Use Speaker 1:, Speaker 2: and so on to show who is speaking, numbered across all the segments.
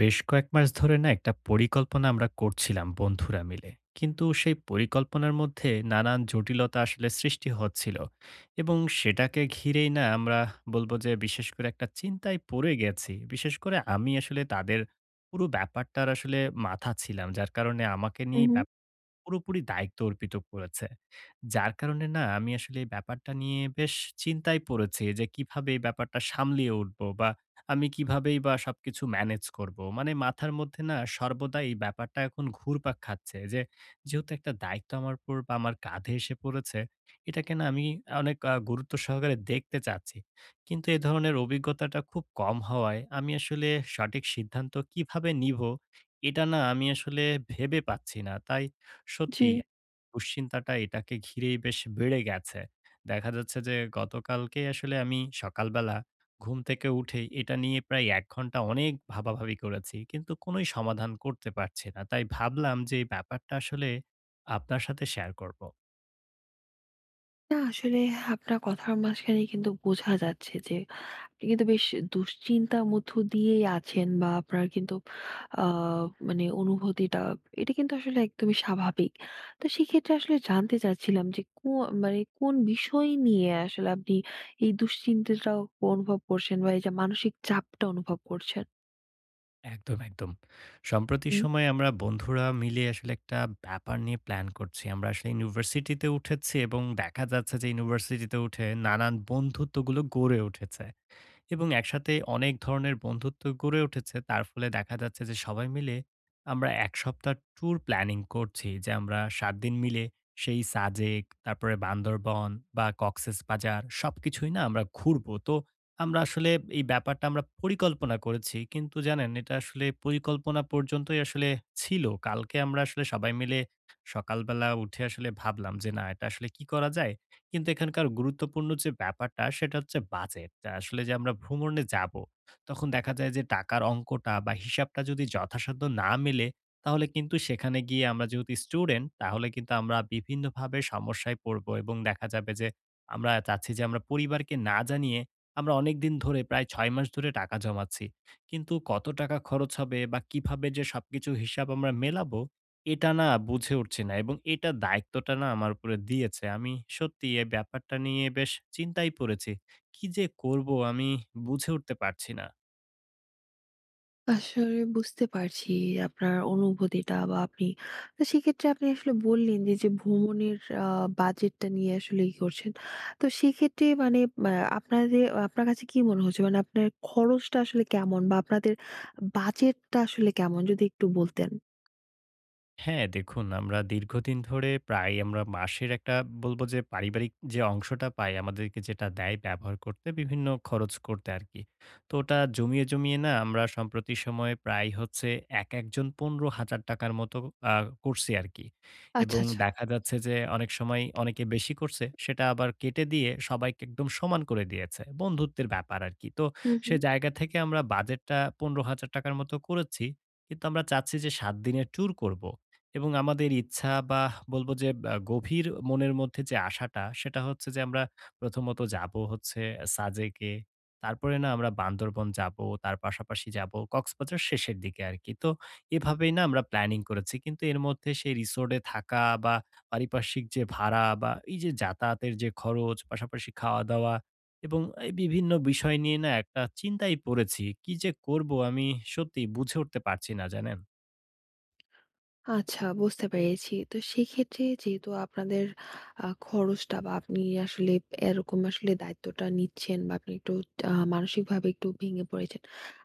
Speaker 1: বেশ কয়েক মাস ধরে না একটা পরিকল্পনা আমরা করছিলাম বন্ধুরা মিলে। কিন্তু সেই পরিকল্পনার মধ্যে নানান জটিলতা আসলে সৃষ্টি হচ্ছিল। এবং সেটাকে ঘিরেই না আমরা বলবো যে বিশেষ করে একটা চিন্তায় পড়ে গেছি। বিশেষ করে আমি আসলে তাদের পুরো ব্যাপারটার আসলে মাথা ছিলাম। যার কারণে আমাকে
Speaker 2: হুম,
Speaker 1: নিয়েই
Speaker 2: হুম।
Speaker 1: পুরোপুরি দায়িত্ব অর্পিত করেছে। যার কারণে না আমি আসলে এই ব্যাপারটা নিয়ে বেশ চিন্তায় পড়েছি যে কিভাবে এই ব্যাপারটা সামলিয়ে উঠবো বা আমি কিভাবেই বা সবকিছু ম্যানেজ করব? মানে মাথার মধ্যে না সর্বদা এই ব্যাপারটা এখন ঘুরপাক খাচ্ছে যে, যেহেতু একটা দায়িত্ব আমার উপর বা আমার কাঁধে এসে পড়েছে, এটাকে না আমি অনেক গুরুত্ব সহকারে দেখতে চাচ্ছি। কিন্তু এ ধরনের অভিজ্ঞতাটা খুব কম হওয়ায় আমি আসলে সঠিক সিদ্ধান্ত কিভাবে নিবো? এটা না আমি আসলে ভেবে পাচ্ছি না। তাই
Speaker 2: জি।
Speaker 1: সত্যি দুশ্চিন্তাটা এটাকে ঘিরেই বেশ বেড়ে গেছে। দেখা যাচ্ছে যে গতকালকেই আসলে আমি সকালবেলা ঘুম থেকে উঠেই এটা নিয়ে প্রায় ১ ঘন্টা অনেক ভাবাভাবি করেছি। কিন্তু কোনোই সমাধান করতে পারছি না। তাই ভাবলাম যে এই ব্যাপারটা আসলে আপনার সাথে শেয়ার করব।
Speaker 2: না আসলে আপনার কথার মাঝখানে কিন্তু বোঝা যাচ্ছে যে আপনি কিন্তু বেশ দুশ্চিন্তার মধ্য দিয়েই আছেন, বা আপনার কিন্তু আ মানে অনুভূতিটা, এটা কিন্তু আসলে একদমই স্বাভাবিক। তো সেক্ষেত্রে আসলে জানতে চাচ্ছিলাম যে মানে কোন বিষয় নিয়ে আসলে আপনি এই দুশ্চিন্তাটা অনুভব করছেন, বা এই যে মানসিক চাপটা অনুভব করছেন?
Speaker 1: একদম, একদম। সম্প্রতি
Speaker 2: হুম।
Speaker 1: সময়ে আমরা বন্ধুরা মিলে আসলে একটা ব্যাপার নিয়ে প্ল্যান করছি। আমরা আসলে ইউনিভার্সিটিতে উঠেছি এবং দেখা যাচ্ছে যে ইউনিভার্সিটিতে উঠে নানান বন্ধুত্বগুলো গড়ে উঠেছে। এবং একসাথে অনেক ধরনের বন্ধুত্ব গড়ে উঠেছে। তার ফলে দেখা যাচ্ছে যে সবাই মিলে আমরা ১ সপ্তাহ ট্যুর প্ল্যানিং করছি যে আমরা ৭ দিন মিলে সেই সাজেক, তারপরে বান্দরবন বা কক্সেস বাজার সবকিছুই না আমরা ঘুরবো। তো আমরা আসলে এই ব্যাপারটা আমরা পরিকল্পনা করেছি। কিন্তু জানেন এটা আসলে পরিকল্পনা পর্যন্তই আসলে ছিল। কালকে আমরা আসলে সবাই মিলে সকালবেলা উঠে আসলে ভাবলাম যে না এটা আসলে কি করা যায়? কিন্তু এখানকার গুরুত্বপূর্ণ যে ব্যাপারটা সেটা হচ্ছে বাজেট। আসলে যে আমরা ভ্রমণে যাবো, তখন দেখা যায় যে টাকার অঙ্কটা বা হিসাবটা যদি যথাসাধ্য না মেলে, তাহলে কিন্তু সেখানে গিয়ে আমরা যেহেতু স্টুডেন্ট, তাহলে কিন্তু আমরা বিভিন্নভাবে সমস্যায় পড়বো এবং দেখা যাবে যে আমরা চাচ্ছি যে আমরা পরিবারকে না জানিয়ে আমরা অনেকদিন ধরে প্রায় ৬ মাস ধরে টাকা জমাচ্ছি। কিন্তু কত টাকা খরচ হবে বা কিভাবে যে সবকিছু হিসাব আমরা মেলাবো এটা না বুঝে উঠছি না এবং এটা দায়িত্বটা না আমার উপরে দিয়েছে। আমি সত্যি এই ব্যাপারটা নিয়ে বেশ চিন্তায় পড়েছি। কি যে করব আমি বুঝে উঠতে পারছি না।
Speaker 2: আসলে বুঝতে পারছি আপনার অনুভূতিটা বা আপনি। তো সেক্ষেত্রে আপনি আসলে বললেন যে, যে ভ্রমণের আ বাজেটটা নিয়ে আসলে করছেন। তো সেক্ষেত্রে মানে আ আপনার কাছে কি মনে হচ্ছে? মানে আপনার খরচটা আসলে কেমন, বা আপনাদের বাজেটটা আসলে কেমন? যদি একটু বলতেন।
Speaker 1: হ্যাঁ, দেখুন আমরা দীর্ঘদিন ধরে প্রায় আমরা মাসের একটা বলব যে পারিবারিক যে অংশটা পাই আমাদেরকে যেটা দেয় ব্যবহার করতে বিভিন্ন খরচ করতে আরকি। তো ওটা জমিয়ে, জমিয়ে না আমরা সম্প্রতি সময়ে প্রায় হচ্ছে এক একজন ৳১৫,০০০ মতো আ করছি আরকি।
Speaker 2: আচ্ছা,
Speaker 1: এবং
Speaker 2: আচ্ছা।
Speaker 1: দেখা যাচ্ছে যে অনেক সময় অনেকে বেশি করছে সেটা আবার কেটে দিয়ে সবাইকে একদম সমান করে দিয়েছে। বন্ধুত্বের ব্যাপার আরকি। তো
Speaker 2: হুম,
Speaker 1: সে
Speaker 2: হুম।
Speaker 1: জায়গা থেকে আমরা বাজেটটা ৳১৫,০০০ মতো করেছি। কিন্তু আমরা চাচ্ছি যে ৭ দিনের ট্যুর করব। এবং আমাদের ইচ্ছা বা বলবো যে গভীর মনের মধ্যে যে আশাটা, সেটা হচ্ছে যে আমরা প্রথমত যাবো হচ্ছে সাজেকে। তারপরে না আমরা বান্দরবন যাবো, তার পাশাপাশি যাবো কক্সবাজার শেষের দিকে আরকি। তো এভাবেই না আমরা প্ল্যানিং করেছি। কিন্তু এর মধ্যে সেই রিসোর্টে থাকা বা পারিপার্শ্বিক যে ভাড়া বা এই যে যাতায়াতের যে খরচ, পাশাপাশি খাওয়া-দাওয়া এবং এই বিভিন্ন বিষয় নিয়ে না একটা চিন্তায় পড়েছি। কি যে করব আমি সত্যি বুঝে উঠতে পারছি না, জানেন?
Speaker 2: আচ্ছা, বুঝতে পেরেছি। তো সেক্ষেত্রে যেহেতু আপনাদের খরচটা বা আপনি আসলে এরকম আসলে দায়িত্বটা নিচ্ছেন, বা আপনি একটু মানসিকভাবে একটু ভেঙে পড়েছেন।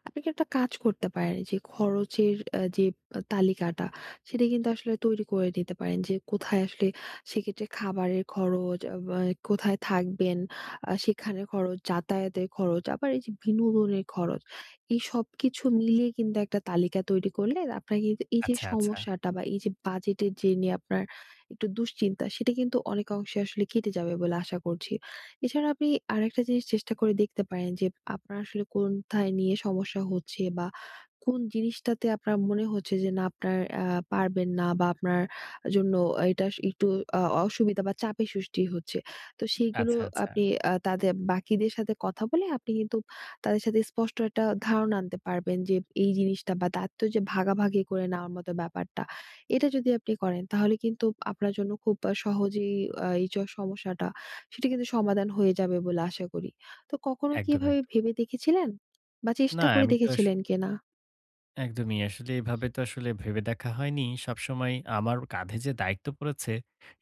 Speaker 2: আপনি কি একটা কাজ করতে পারেন যে খরচের যে তালিকাটা, সেটা কিন্তু আসলে তৈরি করে নিতে পারেন যে কোথায় আসলে সেক্ষেত্রে খাবারের খরচ, বা কোথায় থাকবেন, সেখানের খরচ, যাতায়াতের খরচ, আবার এই যে বিনোদনের খরচ। এই সবকিছু মিলিয়ে কিন্তু একটা তালিকা তৈরি করলে আপনার কিন্তু এই যে
Speaker 1: আচ্ছা, আচ্ছা।
Speaker 2: সমস্যাটা বা এই যে বাজেটের যে নিয়ে আপনার একটু দুশ্চিন্তা, সেটা কিন্তু অনেক অংশে আসলে কেটে যাবে বলে আশা করছি। এছাড়া আপনি আরেকটা জিনিস চেষ্টা করে দেখতে পারেন যে আপনার আসলে কোথায় নিয়ে সমস্যা হচ্ছে, বা কোন জিনিসটাতে আপনার মনে হচ্ছে যে না আপনার পারবেন না, বা আপনার জন্য এটা একটু আ অসুবিধা বা চাপের সৃষ্টি হচ্ছে। তো সেইগুলো
Speaker 1: আচ্ছা, আচ্ছা।
Speaker 2: আপনি তাদের, বাকিদের সাথে কথা বলে আপনি কিন্তু তাদের সাথে স্পষ্ট একটা ধারণা আনতে পারবেন যে এই জিনিসটা বা দায়িত্ব যে ভাগাভাগি করে নেওয়ার মতো ব্যাপারটা, এটা যদি আপনি করেন তাহলে কিন্তু আপনার জন্য খুব সহজেই এই সমস্যাটা, সেটা কিন্তু সমাধান হয়ে যাবে বলে আশা করি। তো কখনো কি
Speaker 1: একদম,
Speaker 2: এভাবে
Speaker 1: একদম।
Speaker 2: ভেবে দেখেছিলেন? বা
Speaker 1: না
Speaker 2: চেষ্টা করে
Speaker 1: আমি তো
Speaker 2: দেখেছিলেন কিনা?
Speaker 1: একদমই আসলে এভাবে তো আসলে ভেবে দেখা হয়নি। সবসময় আমার কাঁধে যে দায়িত্ব পড়েছে,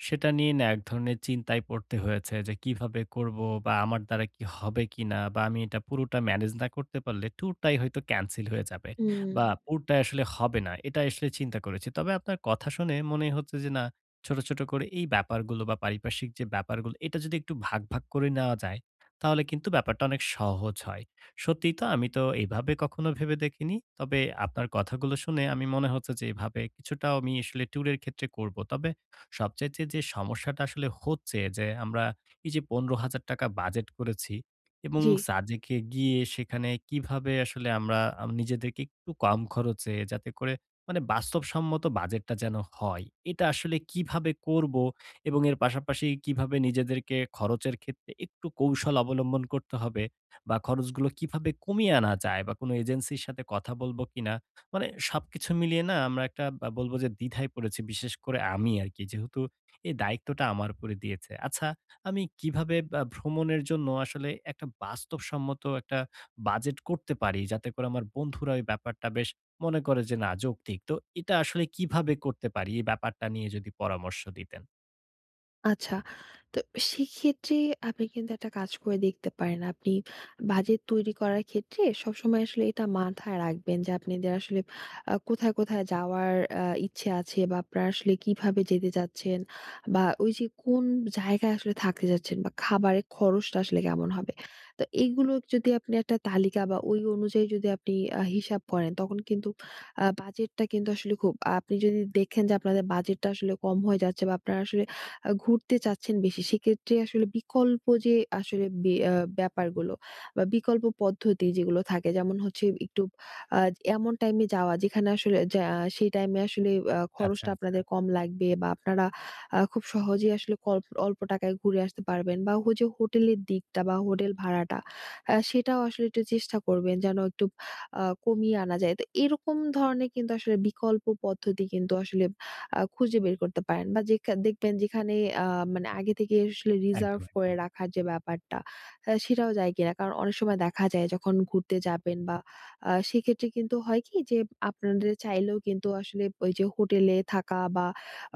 Speaker 1: সেটা নিয়ে না এক ধরনের চিন্তায় পড়তে হয়েছে যে কিভাবে করব বা আমার দ্বারা কি হবে কিনা বা আমি এটা পুরোটা ম্যানেজ না করতে পারলে ট্যুরটাই হয়তো ক্যানসেল হয়ে যাবে
Speaker 2: হুম।
Speaker 1: বা পুরোটাই আসলে হবে না। এটা আসলে চিন্তা করেছি। তবে আপনার কথা শুনে মনে হচ্ছে যে না ছোট, ছোট করে এই ব্যাপারগুলো বা পারিপার্শ্বিক যে ব্যাপারগুলো এটা যদি একটু ভাগ, ভাগ করে নেওয়া যায়, তাহলে কিন্তু ব্যাপারটা অনেক সহজ হয়। সত্যিই তো আমি তো এইভাবে কখনো ভেবে দেখিনি। তবে আপনার কথাগুলো শুনে আমি মনে হচ্ছে যে এভাবে কিছুটা আমি আসলে ট্যুরের ক্ষেত্রে করব। তবে সবচাইতে যে সমস্যাটা আসলে হচ্ছে যে আমরা এই যে ৳১৫,০০০ বাজেট করেছি এবং
Speaker 2: জি।
Speaker 1: সাজেকে গিয়ে সেখানে কিভাবে আসলে আমরা নিজেদেরকে একটু কম খরচে যাতে করে মানে বাস্তবসম্মত বাজেটটা যেন হয়, এটা আসলে কিভাবে করব এবং এর পাশাপাশি কিভাবে নিজেদেরকে খরচের ক্ষেত্রে একটু কৌশল অবলম্বন করতে হবে বা খরচগুলো কিভাবে কমিয়ে আনা যায় বা কোনো এজেন্সির সাথে কথা বলবো কিনা? মানে সবকিছু মিলিয়ে না আমরা একটা বা বলবো যে দ্বিধায় পড়েছি বিশেষ করে আমি আরকি। যেহেতু এই দায়িত্বটা আমার উপরে দিয়েছে। আচ্ছা আমি কিভাবে বা ভ্রমণের জন্য আসলে একটা বাস্তবসম্মত একটা বাজেট করতে পারি? যাতে করে আমার বন্ধুরা ওই ব্যাপারটা বেশ মনে করে যে না যৌক্তিক। তো এটা আসলে কিভাবে করতে পারি? এই ব্যাপারটা নিয়ে যদি পরামর্শ দিতেন।
Speaker 2: আচ্ছা। তো সেক্ষেত্রে আপনি কিন্তু একটা কাজ করে দেখতে পারেন। আপনি বাজেট তৈরি করার ক্ষেত্রে সবসময় আসলে এটা মাথায় রাখবেন যে আপনাদের আসলে কোথায়, কোথায় যাওয়ার ইচ্ছে আছে, বা আপনারা আসলে কিভাবে যেতে চাচ্ছেন, বা ওই যে কোন জায়গায় আসলে থাকতে চাচ্ছেন, বা খাবারের খরচটা আসলে কেমন হবে। তো এইগুলো যদি আপনি একটা তালিকা বা ওই অনুযায়ী যদি আপনি হিসাব করেন, তখন কিন্তু বাজেটটা কিন্তু আসলে খুব, আপনি যদি দেখেন যে আপনাদের বাজেটটা আসলে কম হয়ে যাচ্ছে, বা আপনারা আসলে ঘুরতে চাচ্ছেন বেশি, সেক্ষেত্রে আসলে বিকল্প যে আসলে বে আ ব্যাপারগুলো বা বিকল্প পদ্ধতি যেগুলো থাকে, যেমন হচ্ছে একটু আ এমন টাইমে যাওয়া, যেখানে আসলে সেই টাইমে আসলে
Speaker 1: আচ্ছা,
Speaker 2: খরচটা
Speaker 1: আচ্ছা।
Speaker 2: আপনাদের কম লাগবে, বা আপনারা খুব সহজেই আসলে অল্প টাকায় ঘুরে আসতে পারবেন, বা ওই যে হোটেলের দিকটা বা হোটেল ভাড়াটা, সেটাও আসলে একটু চেষ্টা করবেন যেন একটু কমিয়ে আনা যায়। তো এরকম ধরনের কিন্তু আসলে বিকল্প পদ্ধতি কিন্তু আসলে খুঁজে বের করতে পারেন, বা দেখবেন যেখানে আ মানে আগে থেকে আসলে রিজার্ভ
Speaker 1: একদম,
Speaker 2: করে
Speaker 1: একদম।
Speaker 2: রাখার যে ব্যাপারটা, সেটাও যায় কিনা। কারণ অনেক সময় দেখা যায় যখন ঘুরতে যাবেন, বা সেক্ষেত্রে কিন্তু হয় কি যে আপনাদের চাইলেও কিন্তু আসলে ওই যে হোটেলে থাকা বা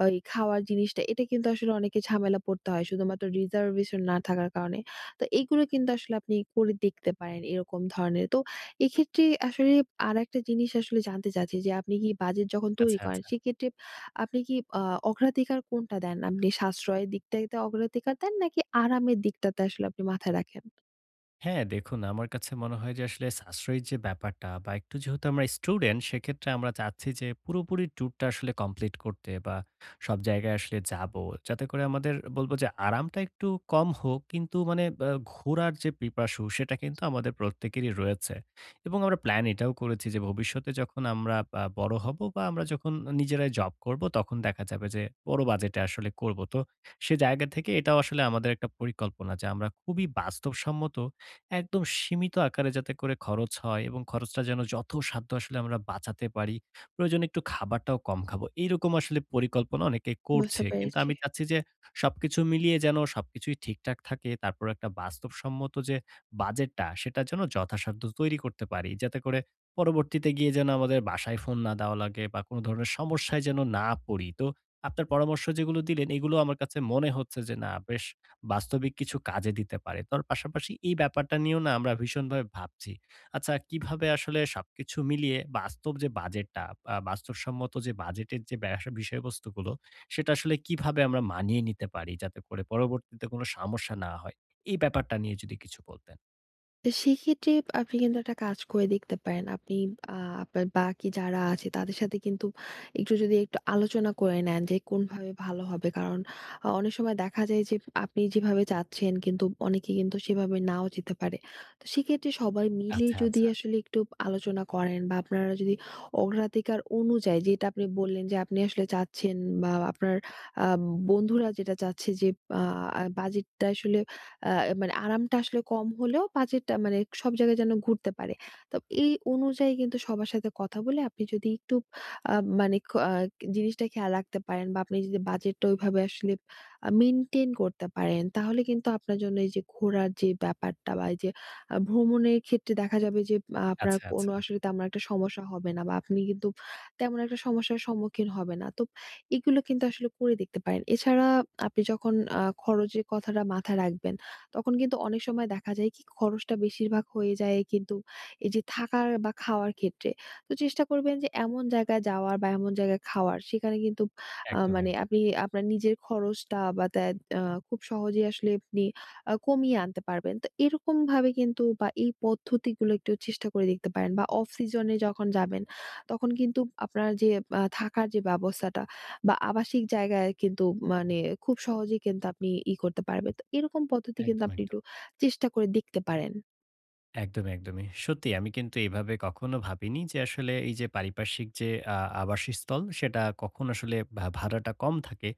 Speaker 2: ওই খাওয়ার জিনিসটা, এটা কিন্তু আসলে অনেকে ঝামেলা পড়তে হয় শুধুমাত্র রিজার্ভেশন না থাকার কারণে। তো এইগুলো কিন্তু আসলে আপনি করে দেখতে পারেন এরকম ধরনের। তো এক্ষেত্রে আসলে আরেকটা জিনিস আসলে জানতে চাচ্ছি যে আপনি কি বাজেট যখন তৈরি
Speaker 1: আচ্ছা,
Speaker 2: করেন,
Speaker 1: আচ্ছা।
Speaker 2: সেক্ষেত্রে আপনি কি আ অগ্রাধিকার কোনটা দেন? আপনি সাশ্রয়ের দিকটাতে অগ্রাধিকার দেন, নাকি আরামের দিকটাতে আসলে আপনি মাথায় রাখেন?
Speaker 1: হ্যাঁ, দেখুন আমার কাছে মনে হয় যে আসলে সাশ্রয়ী যে ব্যাপারটা বা একটু যেহেতু আমরা স্টুডেন্ট সেক্ষেত্রে আমরা চাচ্ছি যে পুরোপুরি ট্যুরটা আসলে কমপ্লিট করতে বা সব জায়গায় আসলে যাবো। যাতে করে আমাদের বলবো যে আরামটা একটু কম হোক কিন্তু মানে ঘোরার যে পিপাসু সেটা কিন্তু আমাদের প্রত্যেকেরই রয়েছে। এবং আমরা প্ল্যান এটাও করেছি যে ভবিষ্যতে যখন আমরা বড় হবো বা আমরা যখন নিজেরাই জব করবো তখন দেখা যাবে যে বড় বাজেটে আসলে করবো। তো সে জায়গা থেকে এটাও আসলে আমাদের একটা পরিকল্পনা যে আমরা খুবই বাস্তবসম্মত একদম সীমিত আকারে যাতে করে খরচ হয় এবং খরচটা যেন যত সাধ্য আসলে আমরা বাঁচাতে পারি। প্রয়োজনে একটু খাবারটাও কম খাবো। এইরকম আসলে পরিকল্পনা অনেকে
Speaker 2: বুঝতে
Speaker 1: করছে। কিন্তু
Speaker 2: পেরেছি।
Speaker 1: আমি চাচ্ছি যে সবকিছু মিলিয়ে যেন সবকিছুই ঠিকঠাক থাকে। তারপর একটা বাস্তবসম্মত যে বাজেটটা সেটা যেন যথাসাধ্য তৈরি করতে পারি। যাতে করে পরবর্তীতে গিয়ে যেন আমাদের বাসায় ফোন না দেওয়া লাগে বা কোনো ধরনের সমস্যায় যেন না পড়ি। তো আপনার পরামর্শ যেগুলো দিলেন এগুলো আমার কাছে মনে হচ্ছে যে না বেশ বাস্তবিক কিছু কাজে দিতে পারে। তোর পাশাপাশি এই ব্যাপারটা নিয়েও না আমরা ভীষণভাবে ভাবছি। আচ্ছা কিভাবে আসলে সবকিছু মিলিয়ে বাস্তব যে বাজেটটা বা বাস্তবসম্মত যে বাজেটের যে ব্যবসা বিষয়বস্তুগুলো সেটা আসলে কিভাবে আমরা মানিয়ে নিতে পারি যাতে করে পরবর্তীতে কোনো সমস্যা না হয়? এই ব্যাপারটা নিয়ে যদি কিছু বলতেন।
Speaker 2: তো সেক্ষেত্রে আপনি কিন্তু একটা কাজ করে দেখতে পারেন। আপনি আ আপনার বাকি যারা আছে তাদের সাথে কিন্তু একটু, যদি একটু আলোচনা করে নেন যে কোনভাবে ভালো হবে। কারণ অনেক সময় দেখা যায় যে আপনি যেভাবে চাচ্ছেন, কিন্তু অনেকে কিন্তু সেভাবে নাও যেতে পারে। তো সেক্ষেত্রে সবাই মিলে
Speaker 1: আচ্ছা,
Speaker 2: যদি
Speaker 1: আচ্ছা,
Speaker 2: আসলে একটু আলোচনা করেন, বা আপনারা যদি অগ্রাধিকার অনুযায়ী, যেটা আপনি বললেন যে আপনি আসলে চাচ্ছেন বা আপনার আ বন্ধুরা যেটা চাচ্ছে, যে বাজেটটা আসলে আ মানে আরামটা আসলে কম হলেও, বাজেটটা মানে সব জায়গায় যেন ঘুরতে পারে। তো এই অনুযায়ী কিন্তু সবার সাথে কথা বলে আপনি যদি একটু আ মানে ক আ জিনিসটা খেয়াল রাখতে পারেন, বা আপনি যদি বাজেটটা ওইভাবে আসলে মেইনটেইন করতে পারেন, তাহলে কিন্তু আপনার জন্য এই যে ঘোরার যে ব্যাপারটা, বা এই যে ভ্রমণের ক্ষেত্রে দেখা যাবে যে আপনার
Speaker 1: আচ্ছা,
Speaker 2: কোনো
Speaker 1: আচ্ছা।
Speaker 2: আসলে তেমন একটা সমস্যা হবে না, বা আপনি কিন্তু তেমন একটা সমস্যার সম্মুখীন হবে না। তো এগুলো কিন্তু আসলে করে দেখতে পারেন। এছাড়া আপনি যখন খরচের কথাটা মাথায় রাখবেন, তখন কিন্তু অনেক সময় দেখা যায় কি খরচটা বেশিরভাগ হয়ে যায় কিন্তু এই যে থাকার বা খাওয়ার ক্ষেত্রে। তো চেষ্টা করবেন যে এমন জায়গায় যাওয়ার বা এমন জায়গায় খাওয়ার, সেখানে কিন্তু
Speaker 1: একদম, একদম,
Speaker 2: মানে আপনি আপনার নিজের খরচটা বা তা আ খুব সহজেই আসলে আপনি কমিয়ে আনতে পারবেন। তো এরকমভাবে কিন্তু, বা এই পদ্ধতিগুলো একটু চেষ্টা করে দেখতে পারেন, বা অফ সিজন এ যখন যাবেন, তখন কিন্তু আপনার যে থাকার যে ব্যবস্থাটা বা আবাসিক জায়গায় কিন্তু মানে খুব সহজেই কিন্তু আপনি করতে পারবেন। তো এরকম পদ্ধতি কিন্তু
Speaker 1: একদম,
Speaker 2: আপনি একটু
Speaker 1: একদম।
Speaker 2: চেষ্টা করে দেখতে পারেন।
Speaker 1: একদমই, একদমই। সত্যি আমি কিন্তু এভাবে কখনো ভাবিনি যে আসলে এই যে পারিপার্শ্বিক যে আবাসস্থল সেটা কখন আসলে ভাড়াটা কম থাকে,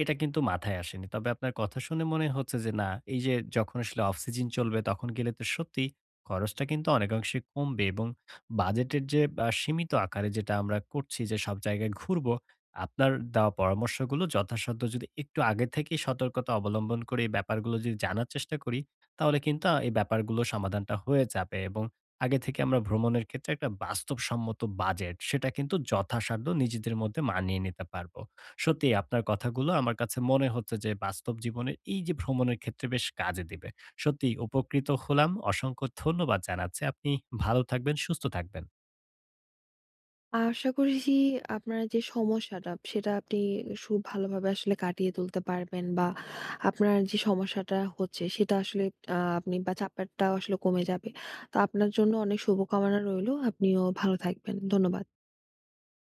Speaker 1: এটা কিন্তু মাথায় আসেনি। তবে আপনার কথা শুনে মনে হচ্ছে যে না, এই যে যখন আসলে অফ সিজন চলবে তখন গেলে তো সত্যি খরচটা কিন্তু অনেকাংশে কমবে এবং বাজেটের যে সীমিত আকারে যেটা আমরা করছি যে সব জায়গায় ঘুরবো, আপনার দেওয়া পরামর্শগুলো যথাসাধ্য যদি একটু আগে থেকেই সতর্কতা অবলম্বন করে এই ব্যাপারগুলো যদি জানার চেষ্টা করি, তাহলে কিন্তু এই ব্যাপারগুলো সমাধানটা হয়ে যাবে এবং আগে থেকে আমরা ভ্রমণের ক্ষেত্রে একটা বাস্তবসম্মত বাজেট, সেটা কিন্তু যথাসাধ্য নিজেদের মধ্যে মানিয়ে নিতে পারবো। সত্যি আপনার কথাগুলো আমার কাছে মনে হচ্ছে যে বাস্তব জীবনের এই যে ভ্রমণের ক্ষেত্রে বেশ কাজে দিবে। সত্যিই উপকৃত হলাম। অসংখ্য ধন্যবাদ জানাচ্ছি। আপনি ভালো থাকবেন, সুস্থ থাকবেন।
Speaker 2: আশা করছি আপনার যে সমস্যাটা সেটা আপনি ভালোভাবে আসলে কাটিয়ে তুলতে পারবেন, বা আপনার যে সমস্যাটা হচ্ছে সেটা আসলে আপনি বা চাপেরটা আসলে কমে যাবে। তো আপনার জন্য অনেক শুভকামনা রইলো। আপনিও ভালো থাকবেন। ধন্যবাদ।